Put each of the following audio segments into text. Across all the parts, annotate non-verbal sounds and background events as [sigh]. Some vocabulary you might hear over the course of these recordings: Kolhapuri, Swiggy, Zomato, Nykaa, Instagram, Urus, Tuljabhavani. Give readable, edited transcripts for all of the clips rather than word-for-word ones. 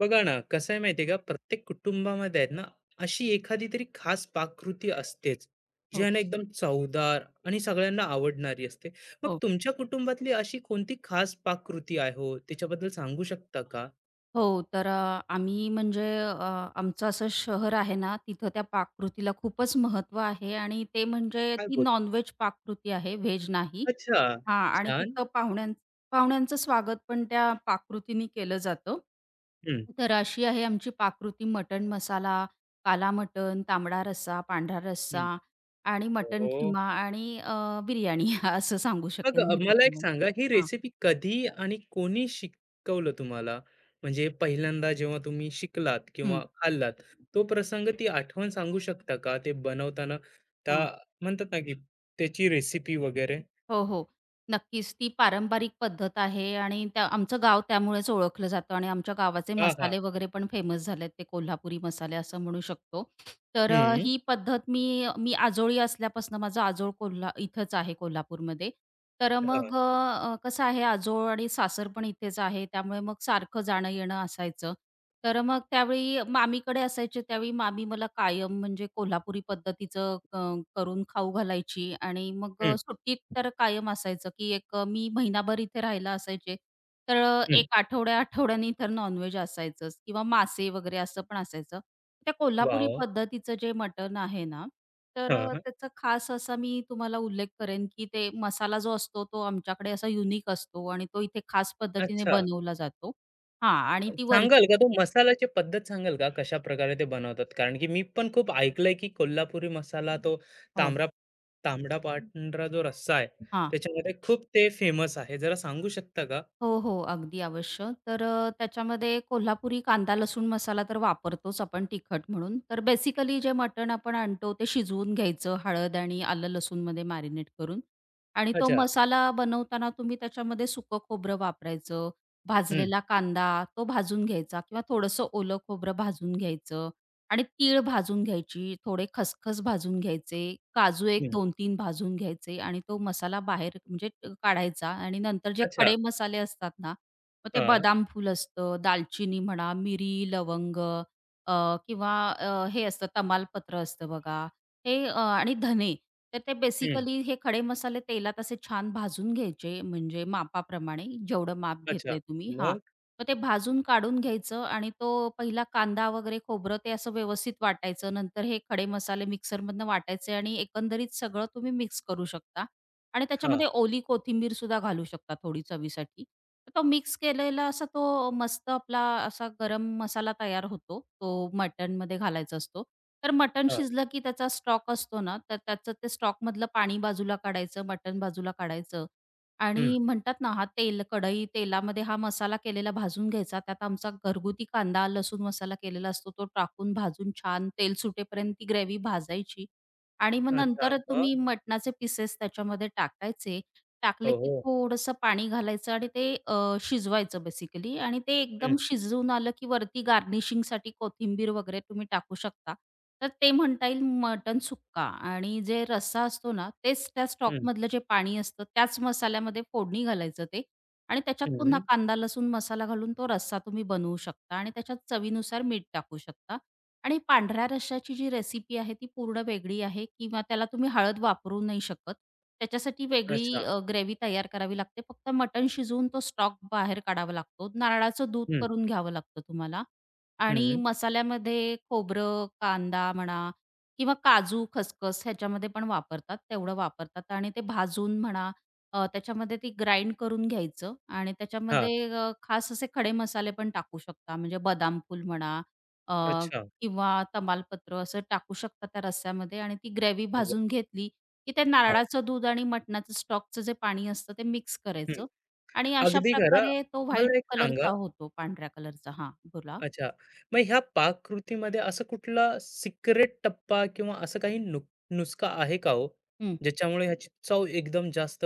बघा ना, कसं आहे माहिती आहे का, प्रत्येक कुटुंबामध्ये आहेत ना, अशी एखादी तरी खास पाककृती असतेच, जी हो, आहे ना एकदम चवदार आणि सगळ्यांना आवडणारी असते. मग हो. तुमच्या कुटुंबातली अशी कोणती खास पाककृती आहे हो? त्याच्याबद्दल सांगू शकता का? हो, तर आम्ही म्हणजे आमचं असं शहर आहे ना, तिथं त्या पाककृतीला खूपच महत्त्व आहे आणि ते म्हणजे काय ती बोल. नॉन पाककृती आहे, व्हेज नाही. अच्छा, हां आणि छान. तिथं पाहुण्यांचं स्वागत पण त्या पाककृतीने केलं जातं. हं, तर अशी आहे आमची पाककृती मटण मसाला, काला मटण, तांबडा रस्सा, पांढरा रस्सा हं. आणि हो. मटण हो. खिमा आणि बिर्याणी [laughs] असं सांगू मग शकेन मी मला एक त्याच्यामुळे. सांगा, ही हां. रेसिपी कधी आणि कोणी शिकवलं तुम्हाला? म्हणजे पहिल्यांदा जेव्हा तुम्ही शिकलात हं. किंवा खाल्लात, तो प्रसंग, ती आठवण सांगू शकता का? ते बनवताना त्या म्हणतात ना, की त्याची रेसिपी वगैरे? हो, हो. नक्कीच. ती पारंपरिक पद्धत आहे आणि त्या आमचं गाव त्यामुळेच ओळखलं जातं आणि आमच्या गावाचे हां, हां. मसाले वगैरे पण फेमस झालेत. ते कोल्हापुरी मसाले असं म्हणू शकतो. तर हं. ही पद्धत मी मी आजोळी असल्यापासून माझं आजोळ इथंच आहे कोल्हापूरमध्ये. तर हां. मग कसं आहे आजोळ आणि सासर पण इथेच आहे. त्यामुळे मग सारखं जाणं-येणं असायचं. तर मग त्यावेळी मामीकडे असायचे त्यावेळी मामी मला कायम म्हणजे कोल्हापुरी पद्धतीचं करून खाऊ घालायची आणि मग हं, सुट्टीत तर कायम असायचं, की एक मी महिनाभर इथे राहायला असायचे. तर हं. एक आठवड्या-आठवड्यानी तर नॉन असायचंच किंवा मासे वगैरे असं पण असायचं. त्या कोल्हापुरी वाह! पद्धतीचं जे मटण आहे ना, तर हां. त्याचा खास असा मी तुम्हाला उल्लेख करेन, की ते मसाला जो असतो तो आमच्याकडे असा युनिक असतो आणि तो इथे खास पद्धतीने अच्छा. बनवला जातो. हां आणि ती वर सांगाल का तो मसाल्याची पद्धत सांगाल का कशा प्रकारे ते बनवतात? कारण की मी पण खूप ऐकलंय की कोल्हापुरी मसाला तो हो. तांबडा तांबडा पांढरा जो रस्सा आहे, हां. त्याच्यामध्ये खूप ते फेमस आहे. जरा सांगू शकता का? हो, हो. अगदी अवश्य. तर त्याच्यामध्ये कोल्हापुरी कांदा लसूण मसाला तर वापरतोच आपण तिखट म्हणून. तर बेसिकली जे मटण आपण आणतो ते शिजवून घ्यायचं हळद आणि आलं लसूणमध्ये मॅरिनेट करून आणि तो अच्छा. मसाला बनवताना तुम्ही त्याच्यामध्ये सुकं खोबरं वापरायचं, हं, भाजलेला कांदा तो भाजून घ्यायचा किंवा थोडंसं ओलं खोबरं भाजून घ्यायचं आणि तीळ भाजून घ्यायची, थोडे खसखस भाजून घ्यायचे, काजू एक हं. 2 तीन भाजून घ्यायचे आणि तो मसाला बाहेर म्हणजे काढायचा आणि नंतर जे अच्छा. खडे मसाले असतात ना, मग ते हां. बदाम फूल असतं, दालचिनी म्हणा, मिरी, लवंग अ, किंवा हे असतं तमालपत्र असतं बघा, हे आणि धने. तर ते हं. बेसिकली हे खडे मसाले तेलात असे छान भाजून घ्यायचे म्हणजे मापाप्रमाणे, जेवढं माप अच्छा. घेतलंय तुम्ही हां. मग? मग ते भाजून काढून घ्यायचं आणि तो पहिला कांदा वगैरे खोबरं ते असं व्यवस्थित वाटायचं. नंतर हे खडे मसाले मिक्सरमधनं वाटायचे आणि एकंदरीत सगळं तुम्ही मिक्स करू शकता आणि हां, त्याच्यामध्ये ओली कोथिंबीर सुद्धा घालू शकता थोडी चवीसाठी. तर तो मिक्स केलेला असा तो मस्त आपला असा गरम मसाला तयार होतो. तो मटणमध्ये घालायचा असतो. तर मटण हां. शिजलं की त्याचा स्टॉक असतो ना, तर त्याचं ते स्टॉकमधलं पाणी बाजूला काढायचं, मटण बाजूला काढायचं. हं. आणि म्हणतात ना, हा तेल कढई तेलामध्ये हा मसाला केलेला भाजून घ्यायचा. त्यात आमचा घरगुती कांदा, लसूण मसाला केलेला असतो, तो टाकून भाजून छान तेल सुटेपर्यंत ती ग्रेव्ही भाजायची आणि मग अच्छा. नंतर मग? तुम्ही मटणाचे पीसेस त्याच्यामध्ये टाकायचे टाकले हो, की हो. थोडंसं पाणी घालायचं आणि ते शिजवायचं बेसिकली आणि ते हं, एकदम शिजवून आलं की वरती गार्निशिंगसाठी कोथिंबीर वगैरे तुम्ही टाकू शकता. तर ते म्हणता येईल मटण सुक्का आणि जे रस्सा असतो ना, तेच त्या हं, स्टॉकमधलं जे पाणी असतं त्याच मसाल्यामध्ये फोडणी घालायचं ते आणि त्याच्यात पुन्हा हं. कांदा, लसूण मसाला घालून तो रस्सा तुम्ही बनवू शकता आणि त्याच्यात चवीनुसार मीठ टाकू शकता. आणि पांढऱ्या रश्श्याची जी रेसिपी आहे ती पूर्ण वेगळी आहे किंवा त्याला तुम्ही हळद वापरू नाही शकत. त्याच्यासाठी वेगळी अच्छा. ग्रेव्ही तयार करावी लागते. फक्त मटण शिजवून तो स्टॉक बाहेर काढावा लागतो. नारळाचं दूध हं, करून घ्यावं लागतं तुम्हाला आणि हं. मसाल्यामध्ये खोबरं, कांदा म्हणा किंवा काजू, खसखस ह्याच्यामध्ये पण वापरतात. तेवढं वापरतात आणि ते भाजून म्हणा त्याच्यामध्ये ती ग्राइंड करून घ्यायचं आणि हां. त्याच्यामध्ये खास असे खडे मसाले पण टाकू शकता. म्हणजे बदाम फूल म्हणा, अच्छा. किंवा तमालपत्र असं टाकू शकता त्या रस्स्यामध्ये आणि ती ग्रेव्ही वाह! भाजून घेतली, की ते हां. नारळाचं दूध आणि मटणाचं स्टॉकचं जे पाणी असतं ते मिक्स हं. करायचं आणि अशा अगदी खरं. प्रकारे तो व्हाईट मला एक सांगा. कलरचा होतो, पांढऱ्या कलरचा. हां, बोला. अच्छा. मग ह्या पाककृतीमध्ये असं कुठला सिक्रेट टप्पा किंवा असं काही नुस्खा आहे का हो? हं, ज्याच्यामुळे ह्याची चव एकदम जास्त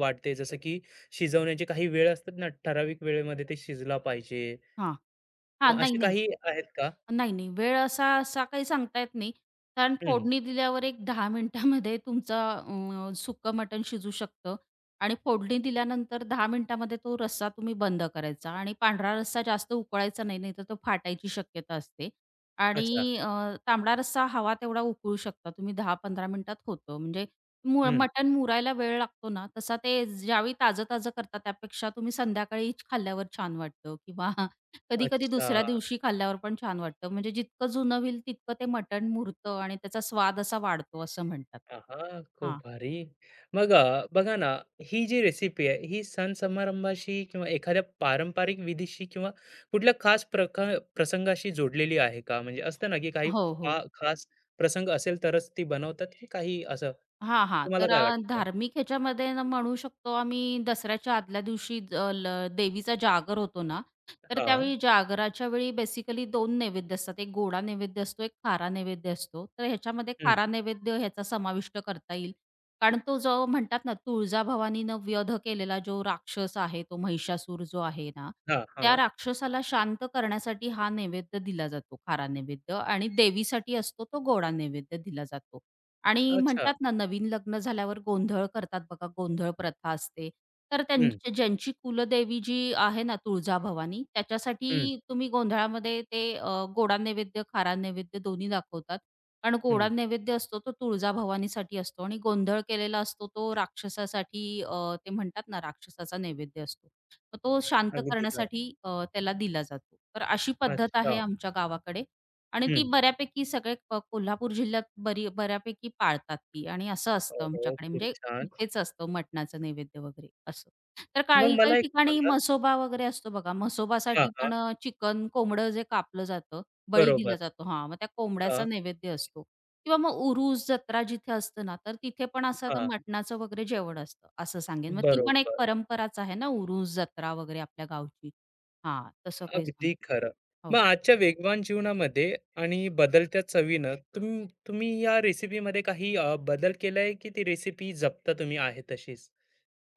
वाढते. जसं की शिजवण्याची काही वेळ असतात ना, ठराविक वेळेमध्ये ते शिजला पाहिजे. हां. हां, मग नाही, असे नाही. काही आहेत का? नाही, नाही. वेळ असा असा काही सांगता येत नाही. कारण हं. फोडणी दिल्यावर एक 10 मिनिटामध्ये तुमचा सुक्क मटण शिजू शकतं आणि फोडणी दिल्यानंतर 10 मिनिटामध्ये तो रस्सा तुम्ही बंद करायचा आणि पांढरा रस्सा जास्त उकळायचा नाही, नाहीतर तो फाटायची शक्यता असते अच्छा. आणि तांबडा रस्सा हवा तेवढा उकळू शकता तुम्ही 10-15 मिनिटात होतं. म्हणजे हं. मटण मुरायला वेळ लागतो ना, तसा ते ज्यावेळी ताजं-ताजं करता त्यापेक्षा तुम्ही संध्याकाळीच खाल्ल्यावर छान वाटतं किंवा कधी-कधी अच्छा. दुसऱ्या दिवशी खाल्ल्यावर पण छान वाटतं. म्हणजे जितकं जुनं होईल तितकं ते मटण मुरतं आणि त्याचा स्वाद असा वाढतो असं म्हणतात. आहा! खूप हां. भारी. मग बघा ना, ही जी रेसिपी आहे, ही सण समारंभाशी किंवा एखाद्या पारंपरिक विधीशी किंवा कुठल्या खास प्रसंगाशी जोडलेली आहे का? म्हणजे असतं ना, की काही हो, हो. खास प्रसंग असेल तरच ती बनवतात, की काही असं? हां, हां. तुम्हाला तर काय वाटतं? धार्मिक ह्याच्यामध्ये न म्हणू शकतो आम्ही दसऱ्याच्या आदल्या दिवशी ज ल देवीचा जागर होतो ना, तर हां, त्यावेळी जागराच्या वेळी बेसिकली 2 नैवेद्य असतात. एक गोडा नैवेद्य असतो, एक खारा नैवेद्य असतो. तर ह्याच्यामध्ये हं, खारा नैवेद्य ह्याचा समाविष्ट करता येईल. कारण तो जो म्हणतात ना, तुळजाभवानीनं वध केलेला जो राक्षस आहे, तो महिषासूर जो आहे ना, हां, त्या हां. राक्षसाला शांत करण्यासाठी हा नैवेद्य दिला जातो, खारा नैवेद्य आणि देवीसाठी असतो तो गोडा नैवेद्य दिला जातो. आणि अच्छा. म्हणतात ना, नवीन लग्न झाल्यावर गोंधळ करतात बघा, गोंधळ प्रथा असते. तर हं, त्यांची ज्यांची कुलदेवी जी आहे ना, तुळजाभवानी, त्याच्यासाठी हं, तुम्ही गोंधळामध्ये ते गोडा नैवेद्य, खारा नैवेद्य दोन्ही दाखवतात. कारण हं. गोडा नैवेद्य असतो तो तुळजाभवानीसाठी असतो आणि गोंधळ केलेला असतो तो राक्षसासाठी ते म्हणतात ना, राक्षसाचा नैवेद्य असतो. मग तो शांत अगदी खरं. करण्यासाठी त्याला दिला जातो. तर अशी पद्धत आहे अच्छा. आमच्या गावाकडे. आणि ती हं. बऱ्यापैकी सगळे कोल्हापूर जिल्ह्यात बऱ्यापैकी पाळतात ती आणि असं असतं ओहो! आमच्याकडे खूप म्हणजे छान. इथेच असतं मटणाचं नैवेद्य वगैरे असं. तर मग काही काही मला एक ठिकाणी सांगा. म्हसोबा वगैरे असतो बघा. हां, म्हसोबासाठी हां. पण चिकन, कोंबडं जे कापलं जातं, बळी बरोबर. दिला जातो हां, मग त्या कोंबड्याचा हां, नैवेद्य असतो किंवा मग उरूस जत्रा जिथे असते ना, तर तिथे पण असं आता हां. मटणाचं वगैरे जेवण असतं असं सांगेन. मग ती पण एक बरोबर. परंपराच आहे ना, उरूस जत्रा वगैरे आपल्या गावची. हां, तसं काही अगदी सांगता खरं. मग हो. आजच्या वेगवान जीवनामध्ये आणि बदलत्या चवीनं तुम्ही या रेसिपीमध्ये काही बदल केलाय, की ती रेसिपी जपता तुम्ही आहे तशीच?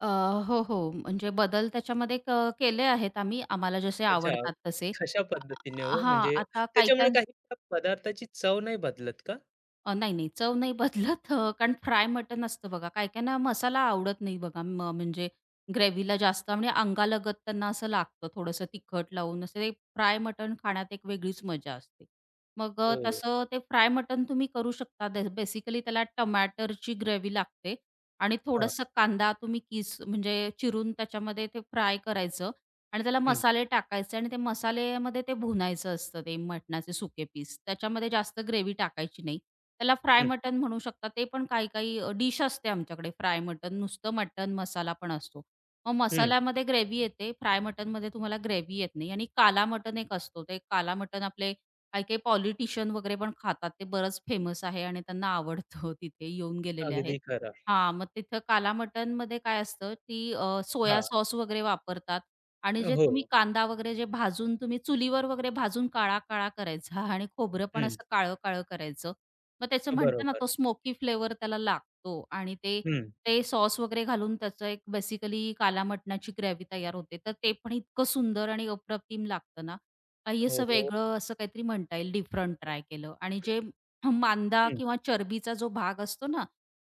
अ, हो, हो. म्हणजे बदल त्याच्यामध्ये केले आहेत आम्ही, आम्हाला जसे अच्छा. आवडतात तसे. कशा पद्धतीने हो? हां, म्हणजे आता त्याच्यामुळे काही-काही काही त्या पदार्थाची चव नाही बदलत का? नाही, नाही. चव नाही बदलत कारण फ्राय मटण असतं बघा. काही-काहींना मसाला आवडत नाही बघा. म्हणजे ग्रेव्हीला जास्त म्हणजे अंगालगत त्यांना असं लागतं थोडंसं तिखट लावून. असं ते फ्राय मटण खाण्यात एक वेगळीच मजा असते. मग हो. तसं ते फ्राय मटण तुम्ही करू शकता. बेसिकली त्याला टमाटरची ग्रेव्ही लागते आणि हां. थोडंसं कांदा तुम्ही किस म्हणजे चिरून त्याच्यामध्ये ते फ्राय करायचं आणि त्याला हं, मसाले टाकायचे आणि ते मसाल्यामध्ये ते भुनायचं असतं ते मटणाचे सुके पीस. त्याच्यामध्ये जास्त ग्रेव्ही टाकायची नाही. त्याला फ्राय हं, मटण म्हणू शकता. ते पण काही-काही डिश असते आमच्याकडे फ्राय मटण, नुसतं मटण मसाला पण असतो. मग हं. मसाल्यामध्ये ग्रेव्ही येते, फ्राय मटणमध्ये तुम्हाला ग्रेव्ही येत नाही आणि काला मटण एक असतो. ते काला मटण आपले काही-काही पॉलिटिशियन वगैरे पण खातात. ते बरंच फेमस आहे आणि त्यांना आवडतं [laughs] तिथे येऊन गेलेले आहेत. अगदी खरं. हां, मग तिथं काला मटणमध्ये काय असतं, की सोया हां. सॉस वगैरे वापरतात आणि जे हो. तुम्ही कांदा वगैरे जे भाजून तुम्ही चुलीवर वगैरे भाजून काळा-काळा करायचा आणि खोबरं पण हं. असं काळं-काळं करायचं. मग त्याचं म्हणतात ना, बरोबर. तो स्मोकी फ्लेवर त्याला लागतो आणि ते हं. ते सॉस वगैरे घालून त्याचं एक बेसिकली काला मटणाची ग्रेव्ही तयार होते. तर ते पण इतकं सुंदर आणि अप्रतिम लागतं ना, काही हो, असं हो. वेगळं असं काहीतरी म्हणता येईल डिफरंट ट्राय केलं आणि जे मांदा हं. किंवा चरबीचा जो भाग असतो ना,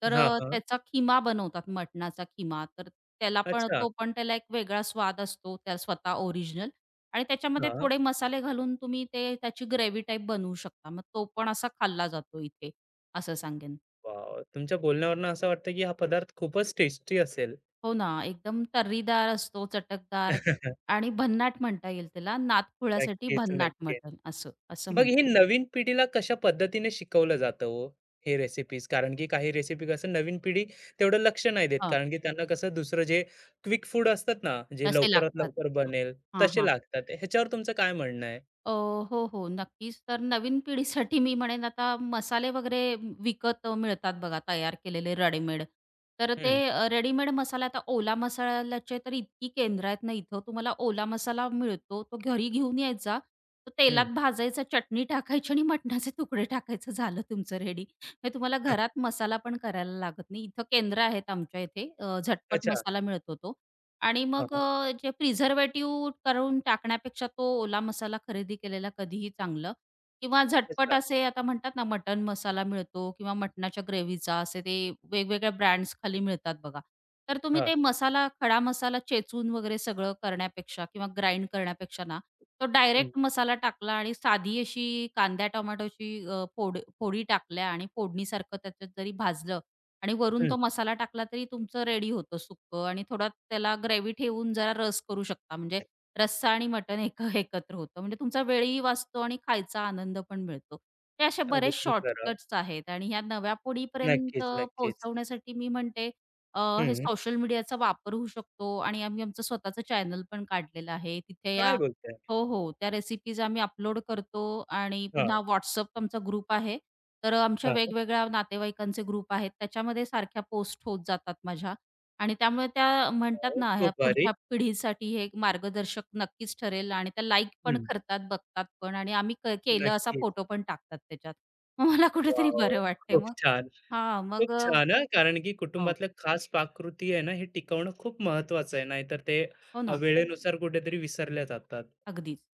तर हां, हां. त्याचा खिमा बनवतात मटणाचा खिमा. तर त्याला पण अच्छा. तो पण त्याला एक वेगळा स्वाद असतो, त्या स्वतः ओरिजिनल. आणि त्याच्यामध्ये हां. थोडे मसाले घालून तुम्ही ते त्याची ग्रेव्ही टाईप बनवू शकता. मग तो पण असा खाल्ला जातो इथे, असं सांगेन. वॉव! तुमच्या बोलण्यावरून असं वाटतं, की हा पदार्थ खूपच टेस्टी असेल. हो ना, एकदम तर्रीदार असतो, चटकदार [laughs] आणि भन्नाट म्हणता येईल त्याला. नादखुळ्यासाठी नक्कीच, भन्नाट नक्कीच. मटण असं मग हे म्हणतात. नवीन पिढीला कशा पद्धतीने शिकवलं जातं हो, हे रेसिपीज? कारण की काही रेसिपी कसं नवीन पिढी तेवढं लक्ष नाही देत. हां, कारण की त्यांना कसं दुसरं जे क्विक फूड असतात ना, जे तसे लवकरात लागतात. लवकर बनेल, हां, तसे हां. लागतात. ह्याच्यावर तुमचं काय म्हणणं आहे? अ, हो, हो. नक्कीच. तर नवीन पिढीसाठी मी म्हणेन आता मसाले वगैरे विकत मिळतात बघा तयार केलेले रेडीमेड. तर हं, ते हं. रेडीमेड मसाला आता ओला मसाल्याचे तर इतकी केंद्र आहेत ना इथं. तुम्हाला ओला मसाला मिळतो. तो घरी घेऊन यायचा. तो हं. तेलात भाजायचा, चटणी टाकायची आणि मटणाचे तुकडे टाकायचं झालं तुमचं रेडी. म्हणजे तुम्हाला घरात मसाला पण करायला लागत नाही. इथं केंद्र आहेत आमच्या इथे. झटपट अच्छा. मसाला मिळतो तो. आणि हां, मग जे प्रिझर्व्हेटिव्ह करून टाकण्यापेक्षा तो ओला मसाला खरेदी केलेला कधीही चांगलं किंवा झटपट अच्छा. असे आता म्हणतात ना मटन मसाला मिळतो किंवा मटणाच्या ग्रेव्हीचा असे ते वेगवेगळ्या ब्रँड्स खाली मिळतात बघा. तर तुम्ही हां. ते मसाला खडा मसाला चेचून वगैरे सगळं करण्यापेक्षा किंवा ग्राइंड करण्यापेक्षा ना, तो हं, डायरेक्ट मसाला टाकला आणि साधी अशी कांद्या टोमॅटोची फोडी टाकल्या आणि फोडणीसारखं त्याच्यात जरी भाजलं आणि वरून हं. तो मसाला टाकला तरी तुमचं रेडी होतं सुक्कं आणि थोडा त्याला ग्रेव्ही ठेवून जरा रस करू शकता. म्हणजे रस्सा आणि मटण एकत्र होतं. म्हणजे तुमचा वेळही वाचतो आणि खायचा आनंद पण मिळतो. हे असे बरेच अगदी खरं. शॉर्टकट्स आहेत आणि ह्या नव्या पिढीपर्यंत नक्कीच, नक्कीच. पोहोचवण्यासाठी मी म्हणते अ, हे हं. सोशल मीडियाचा वापर होऊ शकतो आणि आम्ही आमचं स्वतःचं चॅनल पण काढलेलं आहे. तिथे काय या बोलताय? हो, हो. त्या रेसिपीज आम्ही अपलोड करतो आणि हां, पुन्हा WhatsApp आमचा ग्रुप आहे. तर आमच्या हां. वेगवेगळ्या नातेवाईकांचे ग्रुप आहेत. त्याच्यामध्ये सारख्या पोस्ट होत जातात माझ्या आणि त्यामुळे त्या म्हणतात वॉव! ना, ह्या खूप भारी. पुढच्या पिढीसाठी हे एक मार्गदर्शक नक्कीच ठरेल आणि त्या लाईक पण हं. करतात, बघतात पण आणि आम्ही केलं असा नक्कीच. फोटो पण टाकतात त्याच्यात. मग मला कुठेतरी वॉव! बरं वाटतंय खूप मग छान. हां, खूप मग छान हां. कारण की हो, कुटुंबातल्या खास पाककृती आहे ना, हे टिकवणं खूप महत्त्वाचं आहे. नाहीतर ते हो ना. वेळेनुसार कुठेतरी विसरल्या जातात. अगदीच.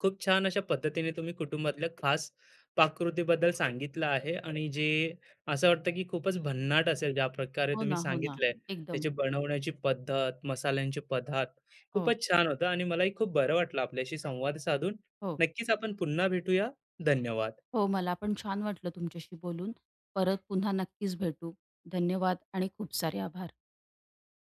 खूप छान अशा पद्धतीने तुम्ही कुटुंबातल्या खास पाककृतीबद्दल सांगितलं आहे आणि जे असं वाटतं की खूपच भन्नाट असेल ज्या प्रकारे हो तुम्ही ना, हो ना. सांगितलंय. एकदम. त्याची बनवण्याची पद्धत, मसाल्यांचे पदार्थ हो, खूपच छान होतं आणि मलाही खूप बरं वाटलं आपल्याशी संवाद साधून. हो. नक्कीच आपण पुन्हा भेटूया. धन्यवाद. हो, मला पण छान वाटलं तुमच्याशी बोलून. परत पुन्हा नक्कीच भेटू. धन्यवाद आणि खूप सारे आभार.